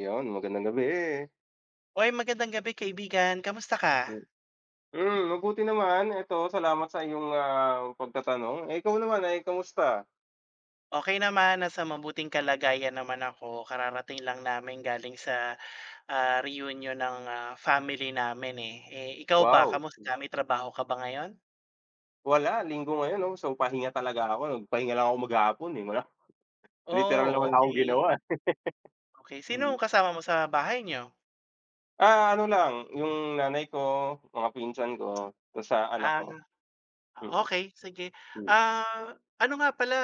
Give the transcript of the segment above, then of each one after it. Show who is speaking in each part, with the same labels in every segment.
Speaker 1: 'Yon, magandang gabi.
Speaker 2: Hoy, magandang gabi kaibigan. Kamusta ka?
Speaker 1: Hmm, Mabuti naman. Eto, salamat sa iyong, pagtatanong. Eh, ikaw naman, eh, kamusta?
Speaker 2: Okey naman, nasa mabuting kalagayan naman ako. Kararating lang namin galing sa, reunion ng, family namin, eh. Eh, ikaw ba
Speaker 1: Wow,
Speaker 2: kamusta? May trabaho ka ba ngayon?
Speaker 1: wala linggo ngayon 'no, so pahinga talaga ako. Nagpahinga lang ako maghapon, eh, literal na
Speaker 2: Oh,
Speaker 1: wala akong
Speaker 2: okay,
Speaker 1: ginawa, eh.
Speaker 2: okay. Sino
Speaker 1: Mm.
Speaker 2: ang kasama mo sa bahay niyo?
Speaker 1: Ano lang, yung nanay ko, mga pinsan ko, ta's, sa anak ko.
Speaker 2: Ah,
Speaker 1: Mm.
Speaker 2: okey sige.
Speaker 1: Hmm,
Speaker 2: Ah, ano nga pala,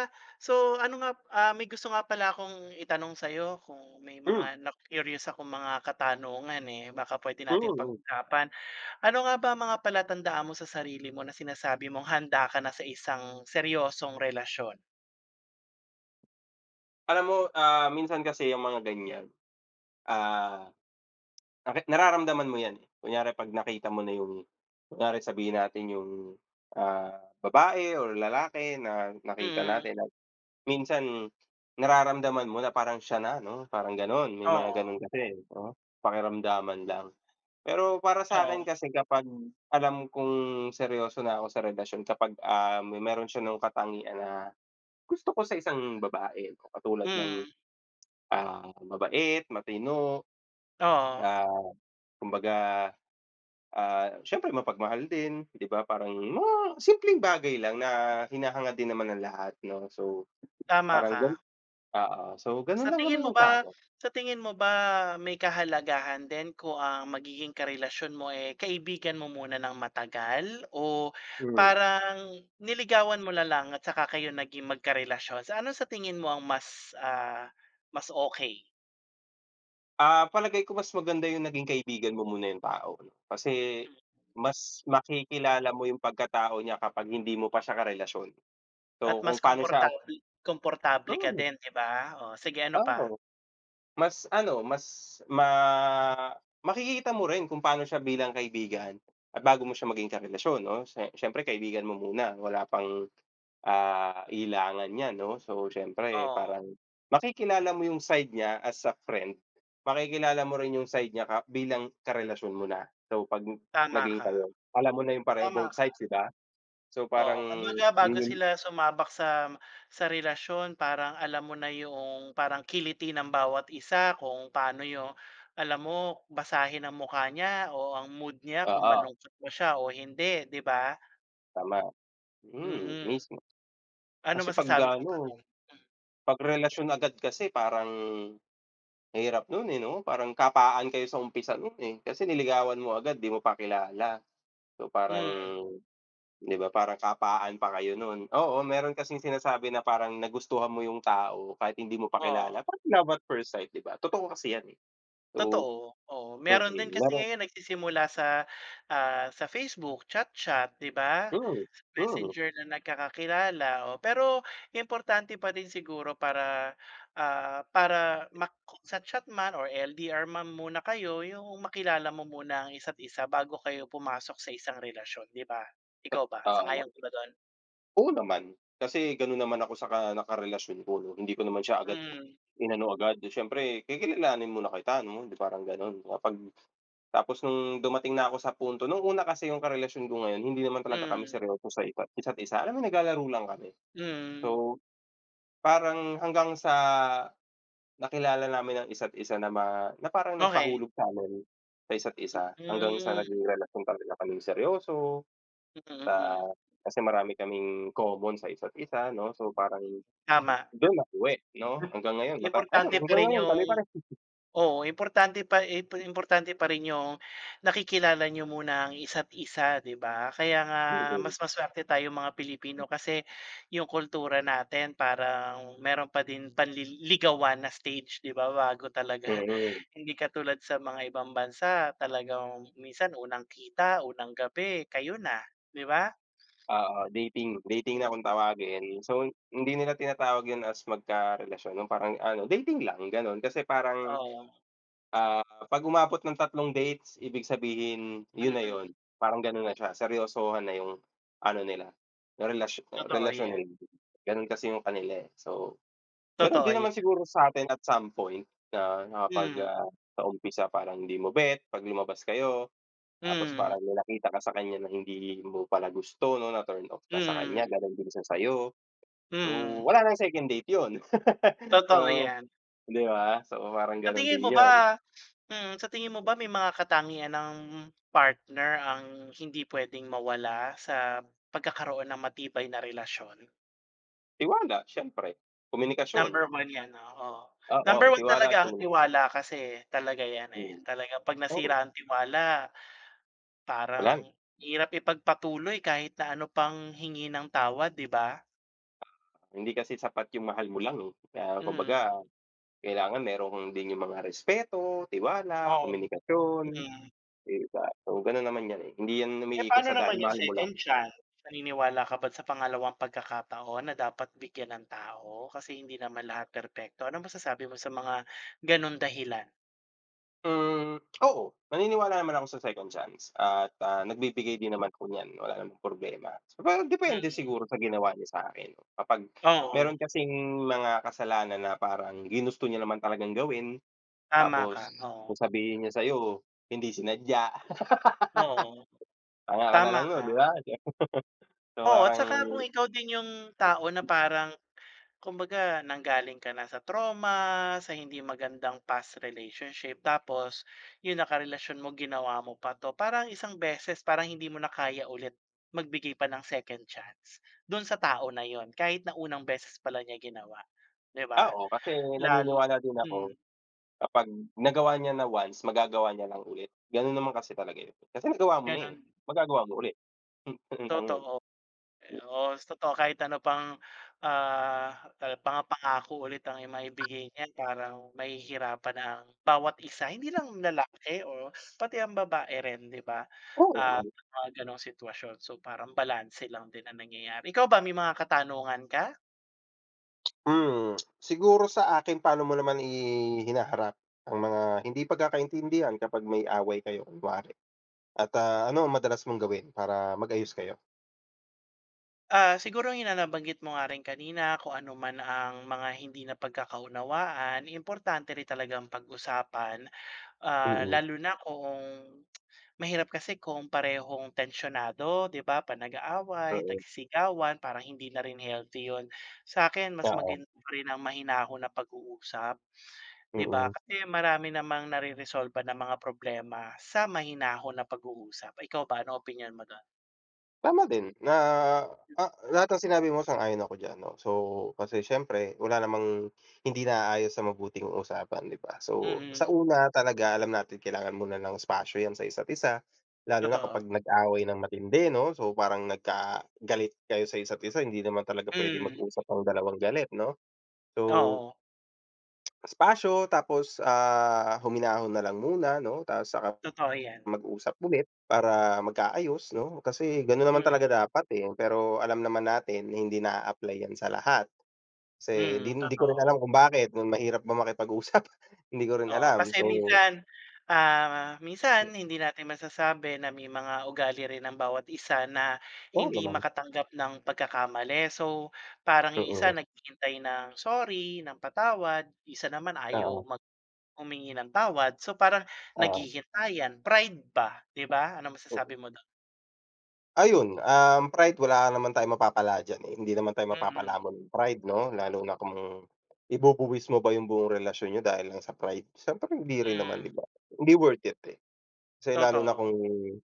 Speaker 2: so may gusto nga pala akong itanong sa'yo kung may mga
Speaker 1: hmm,
Speaker 2: na-curious akong mga katanungan, eh, baka puwede natin
Speaker 1: mm.
Speaker 2: pag-usapan. Ano nga ba ang mga palatandaan mo sa sarili mo na sinasabi mong handa ka na sa isang seryosong relasyon?
Speaker 1: Alam mo, minsan kasi yung mga ganyan, ah Naki nararamdaman mo 'yan, eh. Kunyari 'pag nakita mo na kunyari sabihin natin yung, babae or lalaki na nakita
Speaker 2: Mm,
Speaker 1: natin at minsan nararamdaman mo na parang siya na 'no, parang gano'n. May mga
Speaker 2: oo,
Speaker 1: gano'n kasi, eh, 'no, pakiramdaman lang. Pero para sa'kin
Speaker 2: oo,
Speaker 1: kasi kapag alam kong seryoso na ako sa relasyon kapag, ah, me meron siya nung katangian na gusto ko sa isang babae 'no, katulad ng,
Speaker 2: mm,
Speaker 1: mabait, matino,
Speaker 2: oo,
Speaker 1: ah, kumbaga siyempre mapagmahal din, 'di ba? Parang mga simpleng bagay lang na hinahangad din naman ng lahat 'no. So,
Speaker 2: tama
Speaker 1: parang
Speaker 2: ka.
Speaker 1: gan oo. So, gano'n
Speaker 2: Sa
Speaker 1: lang
Speaker 2: tingin
Speaker 1: naman
Speaker 2: mo
Speaker 1: 'yung
Speaker 2: ba
Speaker 1: sa'kin.
Speaker 2: sa tingin mo ba may kahalagahan din kung ang magiging karelasyon mo, eh, kaibigan mo muna ng matagal o
Speaker 1: Mm.
Speaker 2: parang niligawan mo na lang at saka kayo naging magkarelasyon? Sa ano sa tingin mo ang mas okay?
Speaker 1: Palagay ko mas maganda 'yung naging kaibigan mo muna 'yung tao 'no, kasi mas makikilala mo 'yung pagkatao niya kapag hindi mo pa siya karelasyon.
Speaker 2: At
Speaker 1: So,
Speaker 2: mas
Speaker 1: kung paano siya.
Speaker 2: komportable komportable ka
Speaker 1: Mm,
Speaker 2: din, 'di ba? Oh, sige ano pa?
Speaker 1: oo. Mas ano, mas ma makikita mo rin kung paano siya bilang kaibigan at bago mo siya maging karelasyon 'no, siyempre kaibigan mo muna wala pang, ilangan niyan 'no. So, siyempre
Speaker 2: Oo,
Speaker 1: parang makikilala mo yung side niya as a friend, makikilala mo rin yung side niya ka bilang karelasyon mo na. So, 'pag
Speaker 2: tama
Speaker 1: naging
Speaker 2: ka,
Speaker 1: kayo, alam mo na yung pareho
Speaker 2: tama
Speaker 1: both
Speaker 2: ka.
Speaker 1: sides, 'di ba? So,
Speaker 2: Oo,
Speaker 1: parang
Speaker 2: kumbaga
Speaker 1: yun
Speaker 2: bago
Speaker 1: yung.
Speaker 2: sila sumabak sa relasyon parang alam mo na yung parang kiliti ng bawat isa kung paano yung alam mo basahin ang mukha niya o ang mood niya kung
Speaker 1: Oo,
Speaker 2: malungkot ba siya o hindi, 'di ba?
Speaker 1: tama. Hmm,
Speaker 2: Mm.
Speaker 1: mismo.
Speaker 2: Ano
Speaker 1: Kasi 'pag
Speaker 2: masasabi mo pa
Speaker 1: ano,
Speaker 2: dun?
Speaker 1: 'pag relasyon agad kasi parang hirap nun, eh, 'no? Parang kapaan kayo sa umpisa nun, eh, kasi niligawan mo agad, 'di mo pa kilala. So, parang
Speaker 2: Hmm,
Speaker 1: 'di ba, parang kapaan pa kayo nun. Oo, meron kasing sinasabi na parang nagustuhan mo yung tao kahit hindi mo pa
Speaker 2: oo.
Speaker 1: kilala, parang love at first sight, 'di ba? Totoo kasi yan, eh. So,
Speaker 2: Totoo, oo. Meron din kasi
Speaker 1: meron,
Speaker 2: ngayon nagsisimula sa Facebook, chat-chat, 'di ba?
Speaker 1: mm,
Speaker 2: Sa
Speaker 1: mm,
Speaker 2: Messenger na nagkakakilala, oh. Pero importante pa din siguro para kung sa chat man or LDR man muna kayo, yung makilala mo muna ang isa't isa bago kayo pumasok sa isang relasyon, 'di ba? Ikaw ba,
Speaker 1: ta oo naman.
Speaker 2: sang-ayon ka ba do'n?
Speaker 1: Oo naman, kasi gano'n naman ako sa nakarelasyon ko 'no, hindi ko naman siya agad
Speaker 2: Hmm,
Speaker 1: inano agad. Siyempre, kikilalanin muna kita 'no, 'di parang gano'n. Tapos nung dumating na ako sa punto nung una kasi yung karelasyon ko ngayon hindi naman talaga kami
Speaker 2: hmm,
Speaker 1: seryoso sa isa't isa't isa, alam mo naglalaro lang kami.
Speaker 2: hmm.
Speaker 1: So, parang hanggang sa nakilala namin ang isa't isa na parang
Speaker 2: Okey.
Speaker 1: nagpahulog sa'min sa isa't isa,
Speaker 2: Hmm,
Speaker 1: hanggang sa
Speaker 2: mm.
Speaker 1: naging relasyon talaga kaming seryoso sa
Speaker 2: mm.
Speaker 1: kasi marami kaming common sa isa't isa 'no, so parang
Speaker 2: Tama.
Speaker 1: dun nauwi 'no, hanggang ngayon ayun
Speaker 2: Importante pa
Speaker 1: hanggang
Speaker 2: rin
Speaker 1: ngayon
Speaker 2: yung
Speaker 1: kami pareho.
Speaker 2: Oo, importante pa rin yung nakikilala niyo muna ang isa't isa, 'di ba? Kaya nga
Speaker 1: Mm,
Speaker 2: mas masuwerte tayo mga Pilipino kasi yung kultura natin parang meron pa din panliligawan na stage, 'di ba, bago talaga.
Speaker 1: mm.
Speaker 2: Hindi katulad sa mga ibang bansa talagang minsan unang kita, unang gabi, kayo na, 'di ba?
Speaker 1: Oo, dating dating na
Speaker 2: Hmm,
Speaker 1: kung tawagin. So, hindi nila tinatawag 'yun as magkarelasyon, 'yung parang ano, dating lang gano'n. Kasi parang,
Speaker 2: oo,
Speaker 1: ah, 'pag umabot ng tatlong dates, ibig sabihin
Speaker 2: mm.
Speaker 1: 'yun na
Speaker 2: mm.
Speaker 1: 'yun, parang gano'n na siya, seryosohan na 'yung ano nila, relasyo
Speaker 2: Totoo
Speaker 1: relasyon
Speaker 2: 'yan,
Speaker 1: nila. Gano'n kasi 'yung kanila, eh. So, gano'n
Speaker 2: totoo
Speaker 1: din naman
Speaker 2: 'yan.
Speaker 1: siguro sa'tin at some point na
Speaker 2: Hmm,
Speaker 1: sa umpisa parang hindi mo bet, 'pag lumabas kayo tapos
Speaker 2: hmm,
Speaker 1: parang may nakita ka sa kanya na hindi mo pala gusto 'no, na-turn off ka sa kanya,
Speaker 2: hmm,
Speaker 1: gano'n din siya sa'yo. So,
Speaker 2: hmm,
Speaker 1: wala ng second date 'yun.
Speaker 2: totoo
Speaker 1: Oo,
Speaker 2: 'yan.
Speaker 1: 'di ba? So, parang
Speaker 2: Sa
Speaker 1: gano'n
Speaker 2: tingin mo
Speaker 1: din
Speaker 2: ba
Speaker 1: 'yun.
Speaker 2: mm, sa tingin mo ba may mga katangian ng partner ang hindi pwedeng mawala sa pagkakaroon ng matibay na relasyon?
Speaker 1: Tiwala siyempre, komunikasyon,
Speaker 2: Number one 'yan, oo.
Speaker 1: oo,
Speaker 2: Number one
Speaker 1: tiwala
Speaker 2: talaga
Speaker 1: at
Speaker 2: ang
Speaker 1: komunikasyon.
Speaker 2: tiwala kasi talaga 'yan, eh.
Speaker 1: Mm,
Speaker 2: Talagang 'pag
Speaker 1: oo,
Speaker 2: nasira ang tiwala parang
Speaker 1: wala na.
Speaker 2: hirap ipagpatuloy kahit na ano pang hingi ng tawad, 'di ba?
Speaker 1: Hindi kasi sapat yung mahal mo lang, eh.
Speaker 2: Mm,
Speaker 1: Kumbaga kailangan meron din yung mga respeto, tiwala,
Speaker 2: oo,
Speaker 1: komunikasyon,
Speaker 2: mm.
Speaker 1: 'di ba? So, gano'n naman 'yan, eh. Hindi 'yan
Speaker 2: Eh,
Speaker 1: umiikot
Speaker 2: paano
Speaker 1: sa dahil
Speaker 2: naman yung
Speaker 1: mahal mo lang.
Speaker 2: second chance? Naniniwala ka ba sa pangalawang pagkakataon na dapat bigyan ng tao? Kasi hindi naman lahat perpekto. Ano masasabi mo sa mga gano'ng dahilan?
Speaker 1: Hmm, oo, naniniwala naman ako sa second chance at, nagbibigay din naman ako niyan, wala namang problema. Pero depende
Speaker 2: Mm,
Speaker 1: siguro sa ginawa niya sa'kin 'no, kapag
Speaker 2: oo,
Speaker 1: meron kasing mga kasalanan na parang ginusto niya naman talagang gawin,
Speaker 2: tama ka,
Speaker 1: tapos
Speaker 2: oo,
Speaker 1: sasabihin niya sa'yo hindi sinadya,
Speaker 2: oo,
Speaker 1: tanga ka na
Speaker 2: tama
Speaker 1: lang nun,
Speaker 2: ka.
Speaker 1: 'di ba? So,
Speaker 2: Oo, at
Speaker 1: parang
Speaker 2: saka kung ikaw din yung tao na parang kumbaga nanggaling ka na sa trauma, sa hindi magandang past relationship tapos yung nakarelasyon mo ginawa mo pa 'to. Parang isang beses parang hindi mo na kaya ulit magbigay pa ng second chance dun sa tao na yon kahit na unang beses pala niya ginawa, 'di ba?
Speaker 1: oo, kasi
Speaker 2: Lal
Speaker 1: naniniwala din ako
Speaker 2: mm,
Speaker 1: kapag nagawa niya na once, magagawa niya lang ulit. Ganun naman kasi talaga yun, kasi nagawa mo na, eh,
Speaker 2: ganun,
Speaker 1: magagawa mo ulit, ganun lang yun.
Speaker 2: totoo. Oo, totoo kahit ano pang, ah, mga ulit ang maibigay niya parang mahihirapan na ang bawat isa, hindi lang lalaki o pati ang babae rin 'di ba,
Speaker 1: Oo naman.
Speaker 2: sa mga gano'ng sitwasyon. So, parang balanse lang din ang nangyayari. Ikaw ba may mga katanungan ka?
Speaker 1: Hmm, Siguro sa akin paano mo naman hinaharap ang mga hindi pagkakaintindihan kapag may away kayo kunwari at, ano ang madalas mong gawin para mag-ayos kayo?
Speaker 2: Ah, siguro yun na nabanggit mo nga rin kanina kung ano man ang mga hindi na napagkakaunawaan, importante rin talagang pag-usapan,
Speaker 1: Mm, mm.
Speaker 2: lalo na kung mahirap kasi kung parehong tensyonado, 'di ba, 'pag nag-aaway, nagsisigawan, parang hindi na rin healthy 'yon. Sa akin mas
Speaker 1: Oo, oo,
Speaker 2: maganda pa rin ang mahinahon na pag-uusap, 'di
Speaker 1: mm.
Speaker 2: ba? Kasi marami namang nare-resolba ng mga problema sa mahinahon na pag-uusap. Ikaw ba, ano opinyon mo do'n?
Speaker 1: Tama din na, lahat ng sinabi mo sang-ayon ako diyan 'no. So, kasi siyempre wala namang hindi naaayos sa mabuting usapan, 'di ba? So,
Speaker 2: Mm,
Speaker 1: sa una talaga alam natin kailangan muna ng espasyo 'yan sa isa't isa, lalo na
Speaker 2: totoo.
Speaker 1: kapag nag-away ng matindi 'no. So, parang nagkagalit kayo sa isa't isa hindi naman talaga puwedeng
Speaker 2: Mm,
Speaker 1: mag-usap ang dalawang galit 'no. So,
Speaker 2: oo,
Speaker 1: espasyo tapos, huminahon na lang muna 'no, tapos saka
Speaker 2: totoo 'yan.
Speaker 1: mag-usap ulit para magkaayos 'no, kasi gano'n naman
Speaker 2: Mm,
Speaker 1: talaga dapat, eh. Pero alam naman natin na hindi na apply 'yan sa lahat. Kasi hindi
Speaker 2: mm,
Speaker 1: hindi ko rin alam
Speaker 2: totoo.
Speaker 1: kung bakit nung mahirap ba makipag-usap, hindi ko rin
Speaker 2: Oo,
Speaker 1: alam.
Speaker 2: kasi
Speaker 1: So,
Speaker 2: minsan hindi natin masasabi na may mga ugali rin ng bawat isa na
Speaker 1: oo
Speaker 2: hindi
Speaker 1: naman,
Speaker 2: makatanggap ng pagkakamali. So, parang
Speaker 1: mm,
Speaker 2: yung isa
Speaker 1: oo,
Speaker 2: naghihintay ng sorry, ng patawad, isa naman ayaw humingi ng tawad. So, parang
Speaker 1: Ah,
Speaker 2: naghihintayan, pride ba, 'di ba? Ano
Speaker 1: oo.
Speaker 2: masasabi mo do'n?
Speaker 1: Ayun, pride wala naman tayong mapapala diyan, eh, hindi naman tayo
Speaker 2: Mm,
Speaker 1: mapapalamon ng pride 'no, lalo na kung ibubuwis mo ba yung buong relasyon niyo dahil lang sa pride, siyempre hindi rin naman, 'di
Speaker 2: mm,
Speaker 1: ba? Hindi worth it, eh. Kasi lalo na
Speaker 2: totoo.
Speaker 1: kung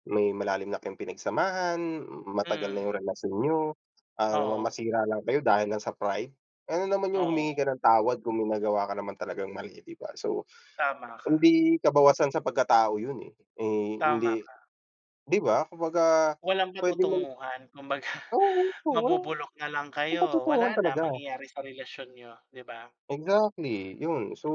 Speaker 1: may malalim na kayong pinagsamahan, matagal na yung
Speaker 2: Mm
Speaker 1: relasyon niyo, naman
Speaker 2: oo,
Speaker 1: masira lang kayo dahil lang sa pride, ano naman yung
Speaker 2: oo,
Speaker 1: humingi ka ng tawad kung may nagawa ka naman talagang mali, 'di ba? So,
Speaker 2: tama ka,
Speaker 1: hindi kabawasan sa pagkatao yun, eh. Eh,
Speaker 2: tama.
Speaker 1: hindi 'di ba, kumbaga
Speaker 2: Walang
Speaker 1: puwede mong
Speaker 2: patutunguhan kumbaga
Speaker 1: oo,
Speaker 2: mabubulok
Speaker 1: walang
Speaker 2: na lang kayo, wala
Speaker 1: patutunguhan
Speaker 2: na
Speaker 1: talaga.
Speaker 2: mangyayari sa relasyon niyo, 'di ba?
Speaker 1: Exactly, yun. So,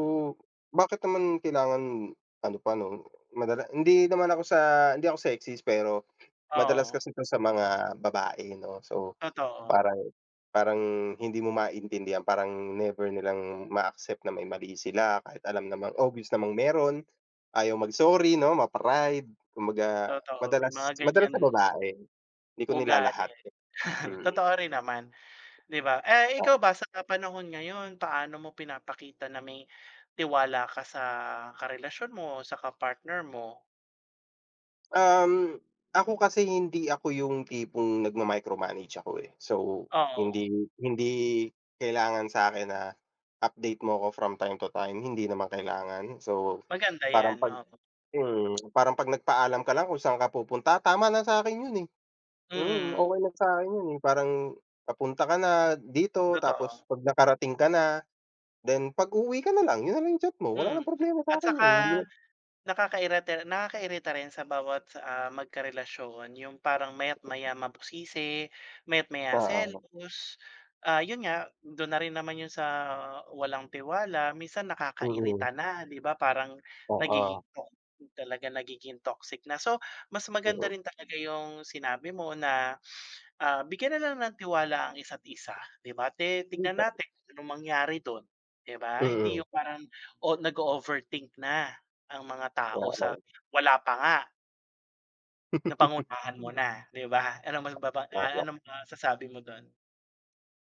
Speaker 1: bakit naman kailangan ano pa 'no, madala hindi naman ako sa hindi ako sexist pero madalas
Speaker 2: Oo,
Speaker 1: kasi 'to sa mga babae 'no, so
Speaker 2: totoo,
Speaker 1: parang parang hindi mo maintindihan, parang never nilang ma-accept na may mali sila kahit alam namang obvious namang meron, ayaw mag-sorry 'no, mapa-pride kumbaga
Speaker 2: totoo may
Speaker 1: madalas
Speaker 2: mga
Speaker 1: madalas
Speaker 2: ganyan
Speaker 1: sa babae, hindi ko
Speaker 2: ugali.
Speaker 1: nilalahat. Mm.
Speaker 2: Totoo rin naman, 'di ba? Eh, ikaw ba sa panahon ngayon paano mo pinapakita na may tiwala ka sa karelasyon mo, sa kapartner mo?
Speaker 1: Um, Ako kasi hindi ako yung tipong nagma-micromanage ako, eh. So,
Speaker 2: Oo,
Speaker 1: hindi hindi kailangan sa akin na update mo ako from time to time, hindi naman kailangan. So,
Speaker 2: maganda
Speaker 1: parang
Speaker 2: 'yan,
Speaker 1: 'pag
Speaker 2: oo.
Speaker 1: nagpaalam ka lang kung saan ka pupunta, tama na sa akin yun, eh. Mm,
Speaker 2: Mm,
Speaker 1: okey sa akin yun, eh. Parang papunta ka na dito tapos
Speaker 2: totoo,
Speaker 1: 'pag nakarating ka na, then pag-uwi ka na lang, yun na lang yung chat mo, wala
Speaker 2: mm.
Speaker 1: ng problema
Speaker 2: At
Speaker 1: sa akin
Speaker 2: saka
Speaker 1: yun. Hindi na
Speaker 2: Nakakairita nakakairita rin sa bawat, magkarelasyon yung parang maya't maya mabusisi, maya't maya
Speaker 1: oo,
Speaker 2: selos. Ah, yun nga, dun na rin naman yun sa walang tiwala, minsan
Speaker 1: mm,
Speaker 2: nakakairita na, 'di ba? Parang nagiging
Speaker 1: oo,
Speaker 2: to talaga nagiging toxic na. So, mas maganda
Speaker 1: mm.
Speaker 2: rin talaga yung sinabi mo na, bigyan na lang ng tiwala ang isa't isa, 'di ba? Ti
Speaker 1: Di
Speaker 2: tignan natin kung anong mangyari dun, 'di ba? Hindi
Speaker 1: Mm.
Speaker 2: yung parang o nag overthink na. Ang mga tao sa
Speaker 1: Oo,
Speaker 2: wala pa nga, napangunahan mo na, 'di ba? Anong maibaba ah,
Speaker 1: tama.
Speaker 2: anong masasabi mo do'n?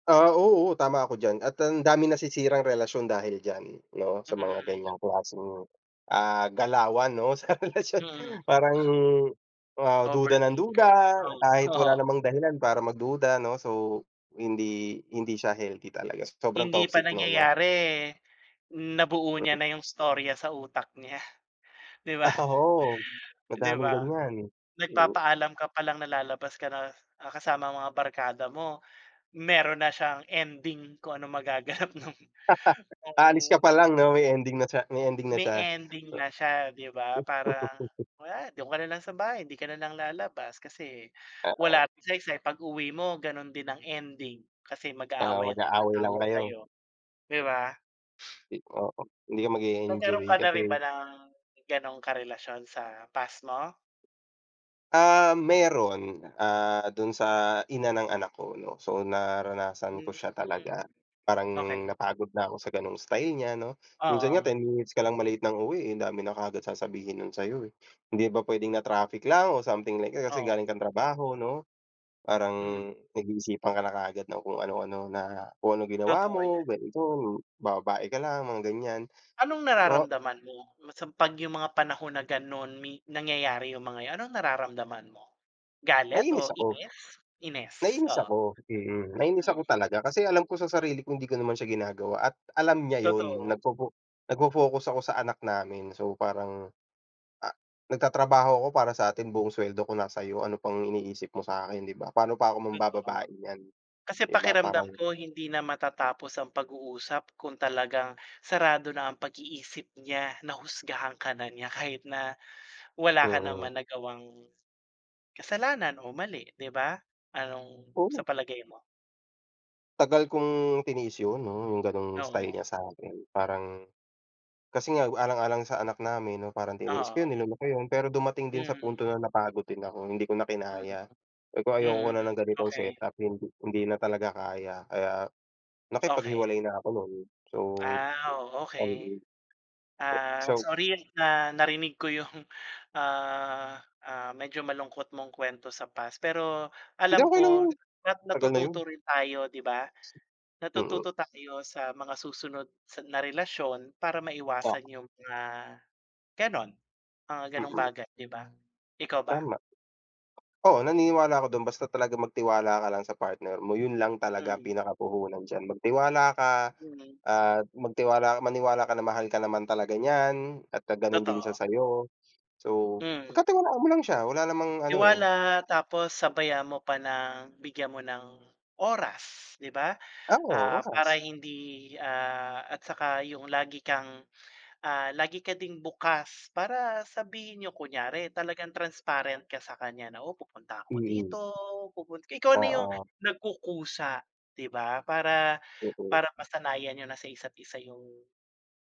Speaker 1: Oo, tama ako diyan at ang dami nasisirang relasyon dahil diyan 'no, sa mga
Speaker 2: Mm,
Speaker 1: ganyang klaseng, galawan 'no, sa relasyon.
Speaker 2: mm,
Speaker 1: Parang, duda ng duda
Speaker 2: overthinker, oo,
Speaker 1: kahit
Speaker 2: oo.
Speaker 1: wala namang dahilan para magduda 'no, so hindi hindi siya healthy talaga, sobrang
Speaker 2: Hindi pa
Speaker 1: toxic nun 'no.
Speaker 2: nangyayari, nabuo niya na yung istorya sa utak niya, 'di ba,
Speaker 1: Oo,
Speaker 2: 'di
Speaker 1: madaming
Speaker 2: ba?
Speaker 1: ganyan. Mm,
Speaker 2: Nagpapaalam ka pa lang na lalabas ka na, kasama ang mga barkada mo, meron na siyang ending kung anong magaganap nung.
Speaker 1: Aalis ka pa lang 'no, may ending na siya may ending na
Speaker 2: May
Speaker 1: siya.
Speaker 2: ending na siya, 'di ba? Para, wala, do'n ka na lang sa bahay, hindi ka na lang lalabas kasi wala rin saysay. Pag-uwi mo gano'n din ang ending kasi
Speaker 1: Oo,
Speaker 2: mag-aaway at
Speaker 1: mag-aaway lang
Speaker 2: magtatalo
Speaker 1: kayo,
Speaker 2: kayo, 'di ba?
Speaker 1: oo, hindi ka
Speaker 2: Nagkaroon
Speaker 1: mag-e-enjoy
Speaker 2: ka na
Speaker 1: kasi
Speaker 2: rin ba ng gano'ng karelasyon sa past mo?
Speaker 1: Meron, don sa ina ng anak ko 'no, so naranasan ko
Speaker 2: Hmm,
Speaker 1: siya talaga. Parang
Speaker 2: okey.
Speaker 1: napagod na ako sa gano'ng style niya 'no. Minsan nga
Speaker 2: Oo,
Speaker 1: 10 minutes ka lang late ng uwi, eh, ang dami na kaagad sasabihin nun sa'yo, eh. Hindi ba puwedeng na traffic lang o something like that kasi galing
Speaker 2: oo,
Speaker 1: kang trabaho 'no, parang
Speaker 2: hmm,
Speaker 1: nag-iisipan ka na kaagad ng kung ano-ano na kung anong ginawa
Speaker 2: totoo
Speaker 1: mo,
Speaker 2: 'yan.
Speaker 1: ganito, bababae ka lang, mga ganyan.
Speaker 2: Anong
Speaker 1: O
Speaker 2: nararamdaman mo sa 'pag yung mga panahon na gano'n nangyayari yung mga 'yan, anong nararamdaman mo? Galit
Speaker 1: naiinis
Speaker 2: o
Speaker 1: ako.
Speaker 2: Ines,
Speaker 1: Nainis
Speaker 2: oo.
Speaker 1: ako, mm. Nainis
Speaker 2: Hmm.
Speaker 1: ako talaga kasi alam ko sa sarili ko hindi ko naman siya ginagawa at alam niya yun.
Speaker 2: Totoo,
Speaker 1: Nagfo-focus ako sa anak namin. So, parang, ah, nagtatrabaho ako para sa'tin, buong suweldo ko nasa'yo, ano pang iniisip mo sa'kin, 'di ba? Paano pa ako
Speaker 2: totoo.
Speaker 1: mambababae niyan,
Speaker 2: Kasi
Speaker 1: 'di ba?
Speaker 2: pakiramdam ko hindi na matatapos ang pag-uusap kung talagang sarado na ang pag-iisip niya, nahusgahan ka na niya kahit na wala ka
Speaker 1: Mm.
Speaker 2: naman nagawang kasalanan o mali, 'di ba? Anong sa
Speaker 1: Oo,
Speaker 2: palagay mo?
Speaker 1: tagal kong tiniis yun 'no, yung gano'ng style niya
Speaker 2: Oo,
Speaker 1: sa'kin. Kasi nga alang-alang sa anak namin 'no, parang tiniis ko
Speaker 2: oo.
Speaker 1: yun, niloko yun, pero dumating din sa
Speaker 2: Mm,
Speaker 1: punto na napagod din ako, hindi ko na
Speaker 2: mm,
Speaker 1: kinaya. Sabi ko,
Speaker 2: mm,
Speaker 1: "Ayoko na
Speaker 2: mm.
Speaker 1: ng ganitong
Speaker 2: Okey,
Speaker 1: setup, hindi hindi na talaga kaya." Kaya
Speaker 2: okey.
Speaker 1: nakipaghiwalay na ako nun. So,
Speaker 2: Ah, oh, okey.
Speaker 1: ayun.
Speaker 2: Ah,
Speaker 1: So,
Speaker 2: sorry na narinig ko yung, medyo malungkot mong kwento sa past. Pero
Speaker 1: hindi,
Speaker 2: alam
Speaker 1: okey lang
Speaker 2: ko
Speaker 1: yun, tagal na yun.
Speaker 2: natututo rin tayo, 'di ba?
Speaker 1: Mm,
Speaker 2: Natututo tayo sa mga susunod na relasyon para
Speaker 1: ah,
Speaker 2: maiwasan yung gano'n, mga gano'ng
Speaker 1: mm,
Speaker 2: bagay, 'di ba? Ikaw ba?
Speaker 1: tama. Oo, naniniwala ako dun basta talaga magtiwala ka lang sa partner mo, yun lang talaga ang
Speaker 2: Hmm,
Speaker 1: pinakapuhunan diyan. Magtiwala ka
Speaker 2: mm,
Speaker 1: at maniwala ka na mahal ka naman talaga niyan at ganon din siya
Speaker 2: totoo.
Speaker 1: sa'yo. So,
Speaker 2: Hmm,
Speaker 1: pagkatiwalaan mo lang siya wala namang ano, eh.
Speaker 2: tiwala tapos sabayan mo pa ng bigyan mo ng oras, 'di ba?
Speaker 1: Oo,
Speaker 2: Ah, para
Speaker 1: oras.
Speaker 2: hindi, at saka yung lagi ka ding bukas para sabihin niyo kunyari talagang transparent ka sa kanya na, "Oh, pupunta ako
Speaker 1: Mm,
Speaker 2: dito, pupun" ikaw na yung
Speaker 1: oo,
Speaker 2: nagkukusa, 'di ba? Para
Speaker 1: mm,
Speaker 2: para masanayan niyo na sa isa't isa yung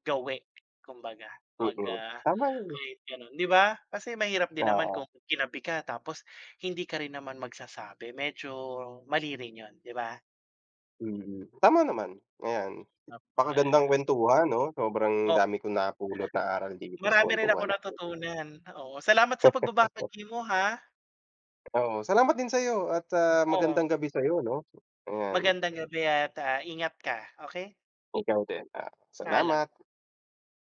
Speaker 2: gawi kumbaga mag,
Speaker 1: mm.
Speaker 2: ah,
Speaker 1: Tama yun,
Speaker 2: kahit gano'n, 'di ba? Kasi mahirap din naman
Speaker 1: oo,
Speaker 2: kung ginabi ka tapos hindi ka rin naman magsasabi, medyo mali rin 'yun, 'di ba?
Speaker 1: mm. Tama naman, ayan. Napakagandang
Speaker 2: Yes.
Speaker 1: kuwentuhan 'no, sobrang dami kong napulot na aral dito sa
Speaker 2: Marami rin
Speaker 1: kuwentuhan
Speaker 2: akong
Speaker 1: natin.
Speaker 2: natutunan, oo. Salamat sa pagbabahagi mo ha.
Speaker 1: Oo, salamat din sa'yo at,
Speaker 2: Oo,
Speaker 1: magandang gabi sa'yo 'no. Ayan,
Speaker 2: magandang gabi at, ingat ka, okay.
Speaker 1: ikaw din,
Speaker 2: Paalam.
Speaker 1: salamat.